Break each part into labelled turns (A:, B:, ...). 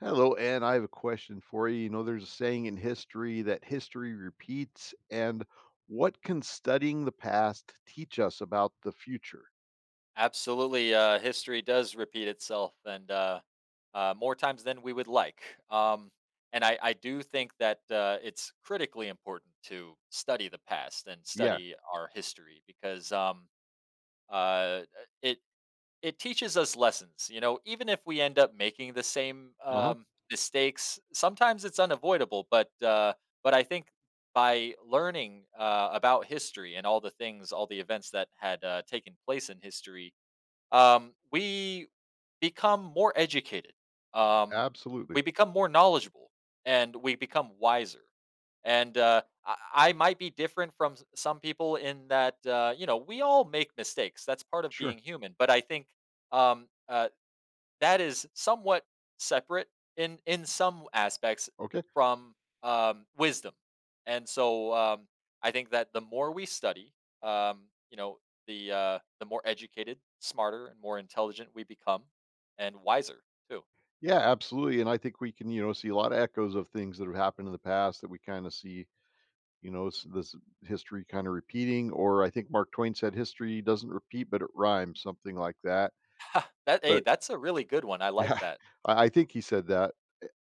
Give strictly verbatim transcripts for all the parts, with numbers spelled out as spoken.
A: Hello, Anne. I have a question for you. You know, there's a saying in history that history repeats. And what can studying the past teach us about the future?
B: Absolutely, uh, history does repeat itself, and uh, uh, more times than we would like. Um, and I, I do think that uh, it's critically important to study the past and
A: Yeah.
B: study our history because um, uh, it it teaches us lessons. You know, even if we end up making the same
A: Uh huh.
B: um, mistakes, sometimes it's unavoidable. But uh, but I think by learning uh, about history and all the things, all the events that had uh, taken place in history um, we become more educated. Um,
A: Absolutely.
B: we become more knowledgeable and we become wiser. And uh, I, I might be different from s- some people in that, uh, you know, we all make mistakes. That's part of being
A: Sure.
B: human. But I think um, uh, that is somewhat separate in in some aspects
A: Okay.
B: from um, wisdom. And so um, I think that the more we study, um, you know, the uh, the more educated, smarter, and more intelligent we become, and wiser too.
A: Yeah, absolutely. And I think we can, you know, see a lot of echoes of things that have happened in the past that we kind of see, you know, s- this history kind of repeating. Or I think Mark Twain said history doesn't repeat, but it rhymes, something like that.
B: Ha, that hey,
A: But
B: that's a really good one. I like
A: yeah,
B: that.
A: I I think he said that.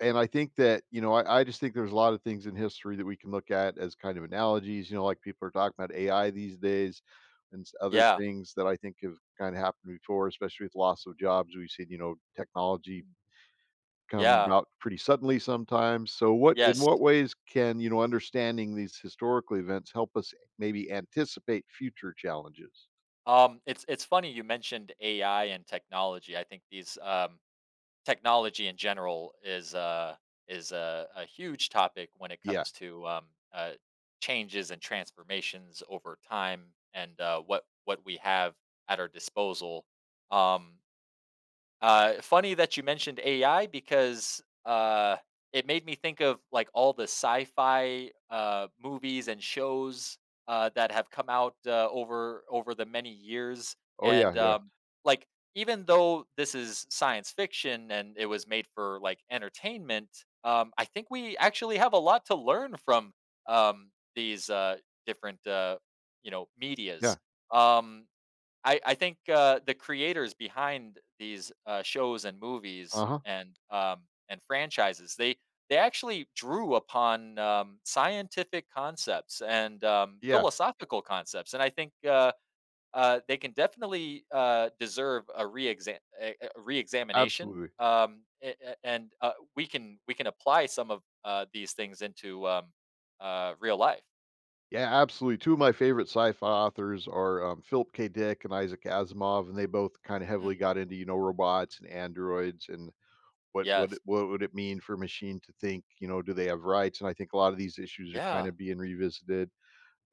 A: And I think that, you know, I, I just think there's a lot of things in history that we can look at as kind of analogies, you know, like people are talking about A I these days and s- other
B: Yeah,
A: things that I think have kind of happened before, especially with loss of jobs. We've seen, you know, technology come
B: yeah,
A: about pretty suddenly sometimes. So what in
B: yes.
A: what ways can, you know, understanding these historical events help us maybe anticipate future challenges?
B: Um, it's it's funny you mentioned A I and technology. I think these um, technology in general is uh is a, a huge topic when it
A: Yeah.
B: comes to um, uh, changes and transformations over time and uh, what what we have at our disposal. Um, uh, funny that you mentioned A I because uh, it made me think of like all the sci-fi uh, movies and shows uh, that have come out uh, over over the many years,
A: Oh
B: and
A: yeah, yeah.
B: um, like even though this is science fiction and it was made for like entertainment, um, I think we actually have a lot to learn from um, these uh, different uh, you know media's.
A: Yeah.
B: Um, I I think, uh, the creators behind these, uh, shows and movies
A: Uh-huh.
B: and, um, and franchises, they they actually drew upon, um, scientific concepts and, um,
A: Yeah,
B: philosophical concepts, and I think, uh, uh, they can definitely, uh, deserve a reexa a a a reexamination,
A: absolutely.
B: um, a a and, uh, we can we can apply some of, uh, these things into, um, uh, real life.
A: Yeah, absolutely. Two of my favorite sci-fi authors are um, Philip K. Dick and Isaac Asimov, and they both kind of heavily
B: Mm.
A: got into, you know, robots and androids and what what
B: Yes.
A: it- what would it mean for a machine to think? You know, do they have rights? And I think a lot of these issues are kind
B: Yeah.
A: of being revisited.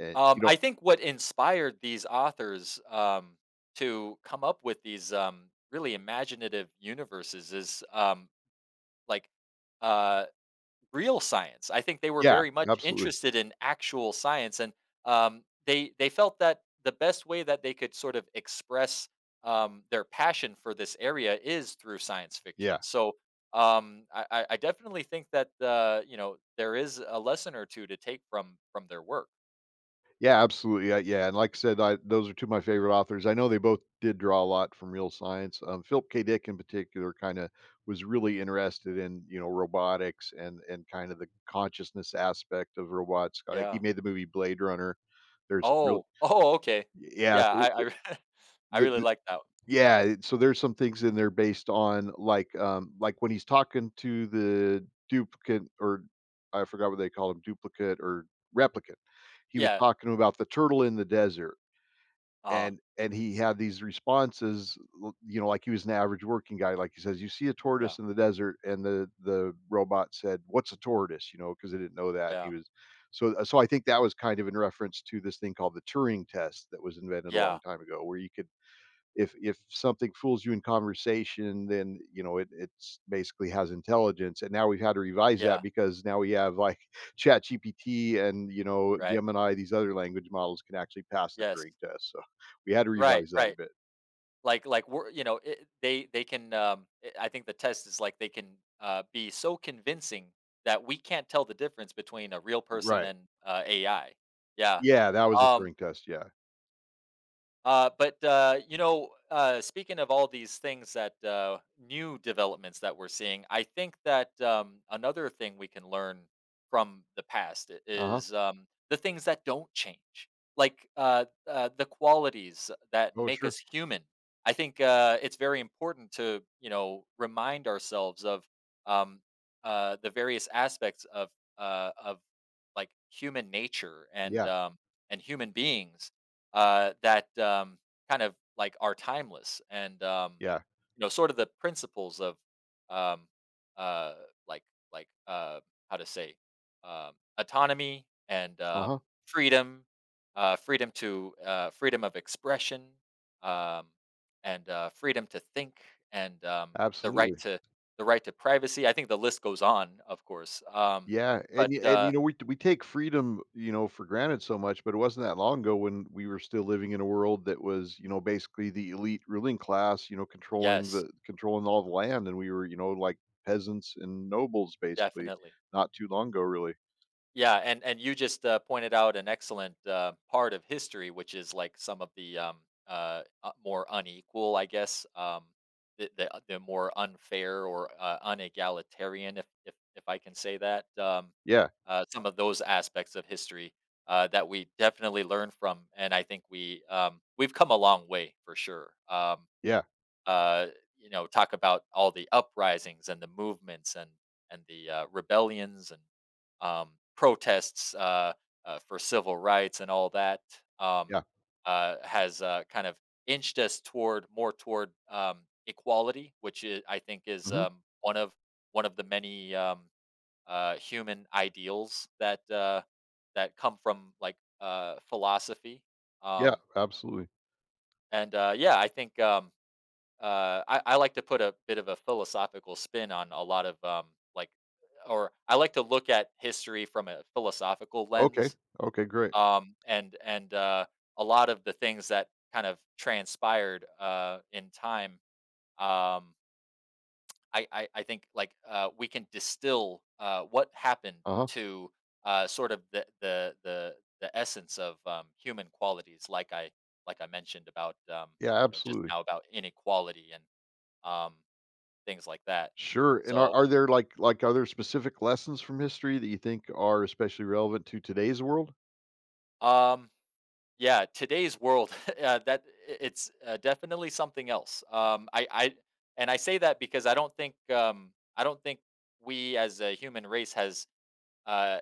A: And
B: Um,
A: you know,
B: I think what inspired these authors um, to come up with these um, really imaginative universes is um, like uh, real science. I think they were
A: yeah,
B: very much
A: absolutely,
B: interested in actual science, and um, they they felt that the best way that they could sort of express um, their passion for this area is through science fiction.
A: yeah.
B: So um, I, I I definitely think that uh, you know there is a lesson or two to take from from their work.
A: Yeah, absolutely. Uh, yeah, and like I said, I, those are two of my favorite authors. I know they both did draw a lot from real science. Um, Philip K. Dick, in particular, kind of was
B: Mm.
A: really interested in, you know, robotics and and kind of the consciousness aspect of robots. I think he
B: Yeah.
A: made the movie Blade Runner. There's really
B: Oh, oh, okay.
A: yeah.
B: Yeah, I
A: So
B: I re I
A: the,
B: really
A: the-
B: like that.
A: yeah, it- so there's some things in there based on like um like when he's talking to the duplicate or I forgot what they call him, duplicate or replicant. He was
B: Yeah,
A: talking about the turtle in the desert
B: uh
A: and and he had these responses, l you know, like he was an average working guy, like he says, "You see a
B: yeah,
A: tortoise in the desert," and the the robot said, "What's a tortoise?" You know, because they didn't know that.
B: yeah,
A: He was so uh, so I think that was kind of in reference to this thing called the Turing test that was invented a
B: yeah,
A: long time ago where you could if if something fools you in conversation, then you know it it's basically has intelligence. And now we've had to revise
B: yeah,
A: that because now we have like Chat G P T and you know
B: right,
A: Gemini, these other language models can actually pass the
B: yes,
A: Turing test. So we had to
B: right,
A: revise that a
B: right.
A: bit.
B: Like like, we're you know, it they they can, um eh, I think the test is, like, they can, uh, be so convincing that we can't tell the difference between a real person
A: Right.
B: and, uh, A I. Yeah,
A: Yeah, that was the
B: um
A: Turing test. Yeah.
B: Uh, but uh, you know, uh, speaking of all these things that uh, new developments that we're seeing, I think that um, another thing we can learn from the past i-
A: Uh huh.
B: is um, the things that don't change, like uh, uh, the qualities that
A: Oh,
B: make
A: sure.
B: us human. I think uh, it's very important to you know remind ourselves of um, uh, the various aspects of uh, of like human nature and
A: Yeah.
B: um, and human beings uh, that um, kind of like are timeless and um,
A: Yeah.
B: you know sort of the principles of um, uh, like like uh, how to say um, autonomy and
A: Uh
B: um,
A: huh.
B: freedom, uh, freedom to uh, freedom of expression, um, and uh, freedom to think, and um, the right
A: Absolutely.
B: to the right to privacy. I think the list goes on, of course. Um,
A: Yeah, and
B: but
A: y and,
B: uh,
A: you know, we we take freedom, you know, for granted so much, but it wasn't that long ago when we were still living in a world that was, you know, basically the elite ruling class, you know, controlling
B: yes,
A: the controlling all the land, and we were, you know, like peasants and nobles basically,
B: definitely.
A: not too long ago, really.
B: Yeah, and and you just uh, pointed out an excellent uh, part of history, which is like some of the um, uh, uh, more unequal, I guess, um, the, the uh, the more unfair or uh, unegalitarian, if if if I can say that, um,
A: Yeah,
B: uh, some of those aspects of history uh, that we definitely learn from, and I think we um, we've come a long way for sure. Um,
A: yeah,
B: uh, you know, talk about all the uprisings and the movements and and the uh, rebellions and um, protests uh, uh, for civil rights and all that um,
A: yeah.
B: uh, has uh, kind of inched us toward more toward um, equality, which is, I think is
A: Mhm.
B: um, one of one of the many um, uh, human ideals that uh, that come from like uh, philosophy.
A: Yeah,
B: Um,
A: absolutely.
B: and uh, yeah, I think um, uh, I, I like to put a bit of a philosophical spin on a lot of um, like, or I like to look at history from a philosophical
A: Okay,
B: lens.
A: okay, great.
B: Um, and and uh, a lot of the things that kind of transpired uh, in time, um, I, I I think like uh, we can distill uh, what happened
A: Uh-huh.
B: to uh, sort of the the the the essence of um, human qualities, like I like I mentioned about um,
A: Yeah,
B: you know just
A: absolutely.
B: now about inequality and um, things like that.
A: Sure, and are
B: So,
A: are there, like like, other specific lessons from history that you think are especially relevant to today's world?
B: um, yeah, today's world, uh, that i- it's uh, definitely something else. Um, I, I, and I say that because I don't think, um, I don't think we as a human race has, uh,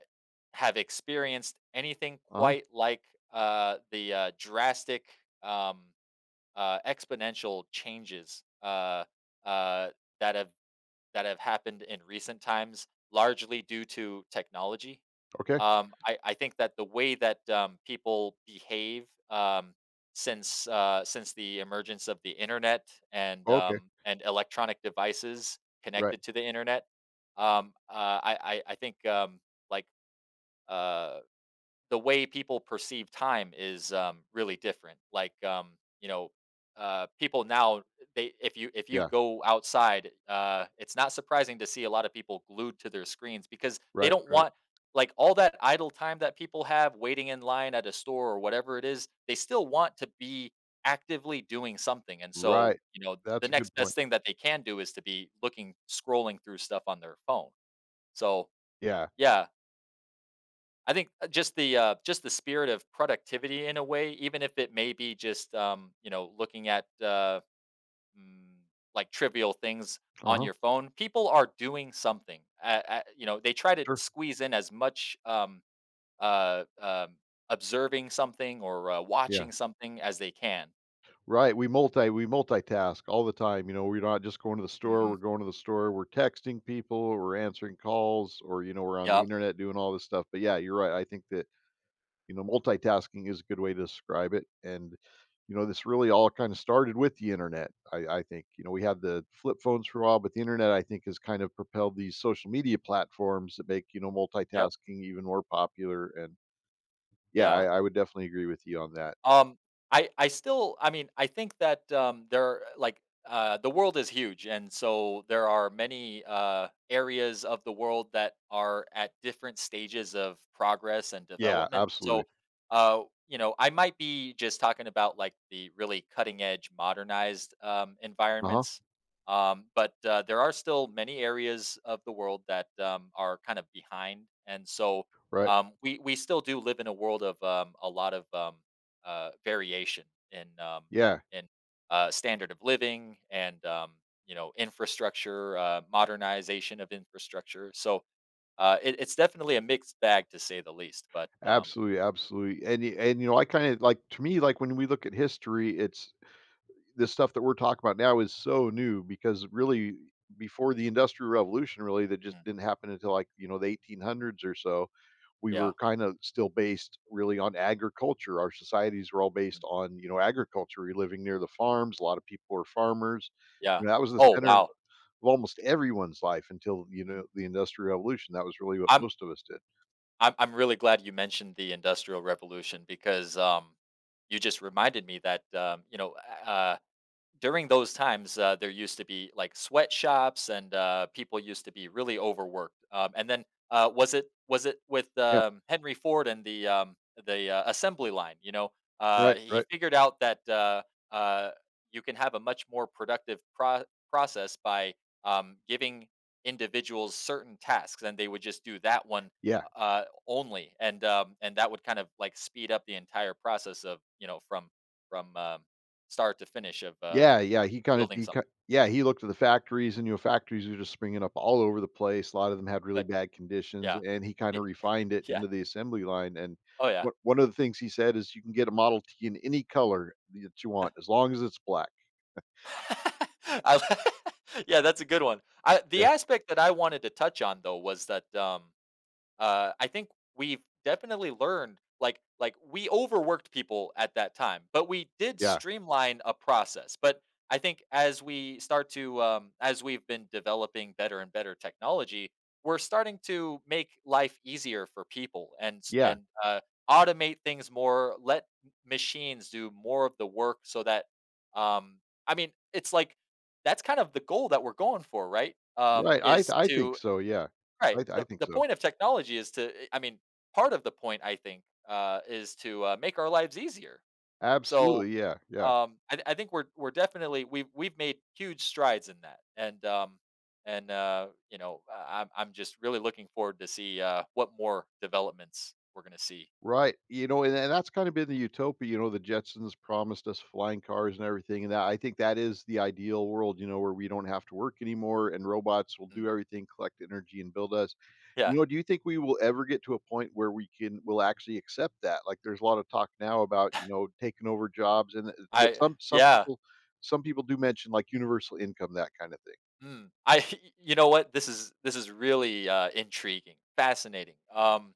B: have experienced anything
A: Uh-huh.
B: quite like uh, the uh, drastic, um, uh, exponential changes uh, uh, that have that have happened in recent times, largely due to technology.
A: Okay.
B: Um, I, I think that the way that um, people behave um, since uh, since the emergence of the internet and
A: Okay.
B: um, and electronic devices
A: Right.
B: connected to the internet, um, uh, I, I I think um, like uh, the way people perceive time is um, really different. Like um, you know, uh, people now they if you if you
A: Yeah.
B: go outside, uh, it's not surprising to see a lot of people glued to their screens because they
A: Right,
B: don't
A: right,
B: want like all that idle time that people have waiting in line at a store or whatever it is. They still want to be actively doing something, and so
A: right.
B: you know the
A: That's a good
B: next
A: point.
B: best thing that they can do is to be looking scrolling through stuff on their phone. So
A: Yeah.
B: yeah, I think uh, just the uh, just the spirit of productivity in a way, even if it may be just um, you know looking at uh, mm, like trivial things on
A: Uh-huh.
B: your phone. People are doing something. Uh uh you know, they try to
A: Sure.
B: squeeze in as much um, uh, um, observing something or uh,
A: Yeah.
B: watching something as they can.
A: Right. We multi we multitask all the time. You know, we're not just going to the store,
B: Hmm.
A: we're going to the store, we're texting people, we're answering calls, or you know, we're on the
B: Yep.
A: internet doing all this stuff. But yeah, you're right. I think that, you know, multitasking is a good way to describe it, and, you know, this really all kinda started with the internet, I I think. You know, we had the flip phones for a while, but the internet, I think, has kind of propelled these social media platforms that make, you know,
B: Yep.
A: multitasking even more popular, and yeah, I
B: Yeah.
A: I would definitely agree with you on that.
B: Um, I I still I mean, I think that, um, there are, like, uh, the world is huge, and so there are many, uh, areas of the world that are at different stages of progress and
A: Yeah,
B: development. So,
A: absolutely.
B: uh, you know, I might be just talking about, like, the really cutting edge modernized, um,
A: Uh-huh,
B: environments, um, but, uh, there are still many areas of the world that, um, are kind of behind, and so,
A: right.
B: um, we we still do live in a world of, um, a lot of, um uh, variation in um,
A: Yeah,
B: in uh, standard of living and um, you know infrastructure uh, modernization of infrastructure. So uh, it, it's definitely a mixed bag to say the least. But um,
A: absolutely, absolutely, and y and, you know, I kinda like, to me, like, when we look at history, it's this stuff that we're talking about now is so new because really before the industrial revolution really that just
B: mm,
A: didn't happen until like you know the eighteen hundreds or so. We
B: yeah,
A: were kind of still based really on agriculture. Our societies were all based
B: mm,
A: on, you know, agriculture. We are living near the farms, a lot of people were farmers,
B: yeah.
A: you know, that was the
B: Oh
A: center of
B: wow.
A: almost everyone's life until, you
B: Mm.
A: know, the industrial revolution, that was really what
B: I'm
A: most of us did.
B: I'm I'm really glad you mentioned the Industrial Revolution because um, you just reminded me that um, you know uh, during those times, uh, there used to be like sweatshops, and uh, people used to be really overworked. Um, and then uh, was it was it with
A: Yeah,
B: um, Henry Ford and the um, the uh, assembly line? You know, uh,
A: right,
B: he
A: right,
B: figured out that uh, uh, you can have a much more productive pro- process by um, giving individuals certain tasks, and they would just do that one
A: yeah.
B: uh only and um and that would kind of like speed up the entire process of you know from from um start to finish of uh
A: Yeah, yeah,
B: of
A: he kinda
B: building
A: he
B: something,
A: ki yeah, he looked at the factories, and, you know, factories were just springing up all over the place, a lot of them had really
B: but
A: bad conditions,
B: yeah.
A: and he kinda
B: Y
A: refined it
B: Yeah.
A: into the assembly line, and
B: Oh, yeah.
A: one one of the things he said is, "You can get a Model T in any color that you want, as long as it's black."
B: I Yeah, that's a good one. I the
A: Yeah,
B: aspect that I wanted to touch on, though, was that, um, Uh, I think we've definitely learned, like like we overworked people at that time, but we did
A: yeah,
B: streamline a process. But I think as we start to um, as we've been developing better and better technology, we're starting to make life easier for people and s-
A: yeah,
B: and uh, automate things more. Let m- machines do more of the work so that um, I mean, it's like that's kind of the goal that we're going for, right? Um,
A: right, I th-
B: is
A: I think
B: to.
A: so, yeah. I
B: Right.
A: th- I
B: The
A: think
B: the
A: so.
B: point of technology is to eh, I mean, part of the point I think uh, is to uh, make our lives easier. So
A: Absolutely, yeah, yeah.
B: um, I, I think we're we're definitely we've we've made huge strides in that, and um, and uh, you know I- I'm I'm just really looking forward to see uh, what more developments we're gonna see.
A: Right, you know, and and that's kind of been the utopia, you know, the Jetsons promised us flying cars and everything, and that I think that is the ideal world, you know, where we don't have to work anymore and robots will
B: Mm.
A: do everything, collect energy and build us.
B: Yeah.
A: You know, do you think we will ever get to a point where we can will actually accept that? Like there's a lot of talk now about, you know, taking over jobs and uh, but
B: I
A: some some
B: yeah.
A: people some people do mention like universal income, that kind of thing.
B: Mm. I you know what, this is this is really uh, intriguing, fascinating. Um,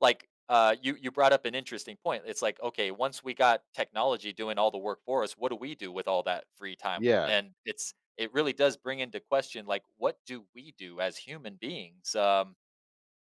B: like uh you you brought up an interesting point. It's like okay, once we got technology doing all the work for us, what do we do with all that free time?
A: Yeah.
B: And it's it really does bring into question, like what do we do as human beings? um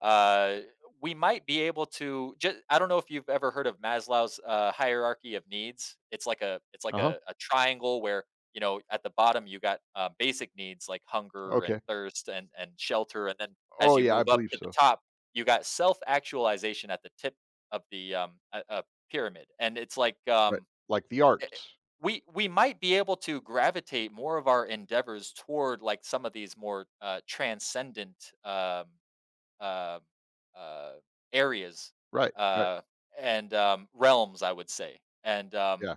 B: uh, we might be able to just, I don't know if you've ever heard of Maslow's uh, hierarchy of needs. It's like a it's like
A: Uh-huh.
B: a, a triangle where you know at the bottom you got uh, basic needs like hunger and
A: Okay.
B: thirst and and shelter, and then as
A: Oh
B: you
A: yeah, I
B: move up
A: believe
B: to the
A: so.
B: top you got self actualization at the tip of the um a uh, pyramid. And it's like
A: Right.
B: um,
A: Like the
B: i- i-
A: arts.
B: we we might be able to gravitate more of our endeavors toward like some of these more uh, transcendent um, uh, uh, areas
A: Right. Right.
B: uh, and um, realms, I would say. And um,
A: Yeah.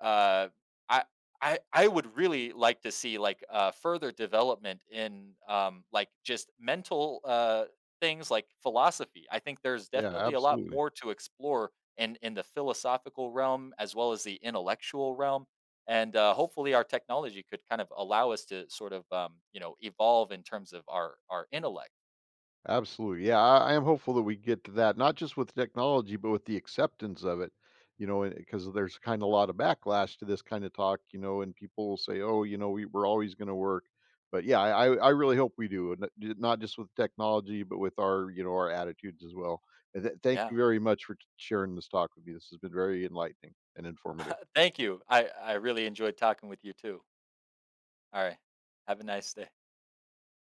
B: uh, I, I, I would really like to see like uh, further development in um, like just mental uh, things like philosophy. I think there's
A: Yeah,
B: definitely a lot
A: absolutely.
B: more to explore in in the philosophical realm as well as the intellectual realm. And uh, hopefully, our technology could kind of allow us to sort of, um, you know, evolve in terms of our our intellect.
A: Absolutely. Yeah, I, I am hopeful that we get to that, not just with technology, but with the acceptance of it. You know, because there's kind of a lot of backlash to this kind of talk. You know, and people will say, "Oh, you know, we, we're always going to work." But yeah, I I I really hope we do, and not not just with technology, but with, our you
B: Hmm.
A: know, our attitudes as well. And th- thank
B: Yeah.
A: you very much for t- sharing this talk with me. This has been very enlightening and informative.
B: Thank you. I I really enjoyed talking with you too. All right. Have a nice day.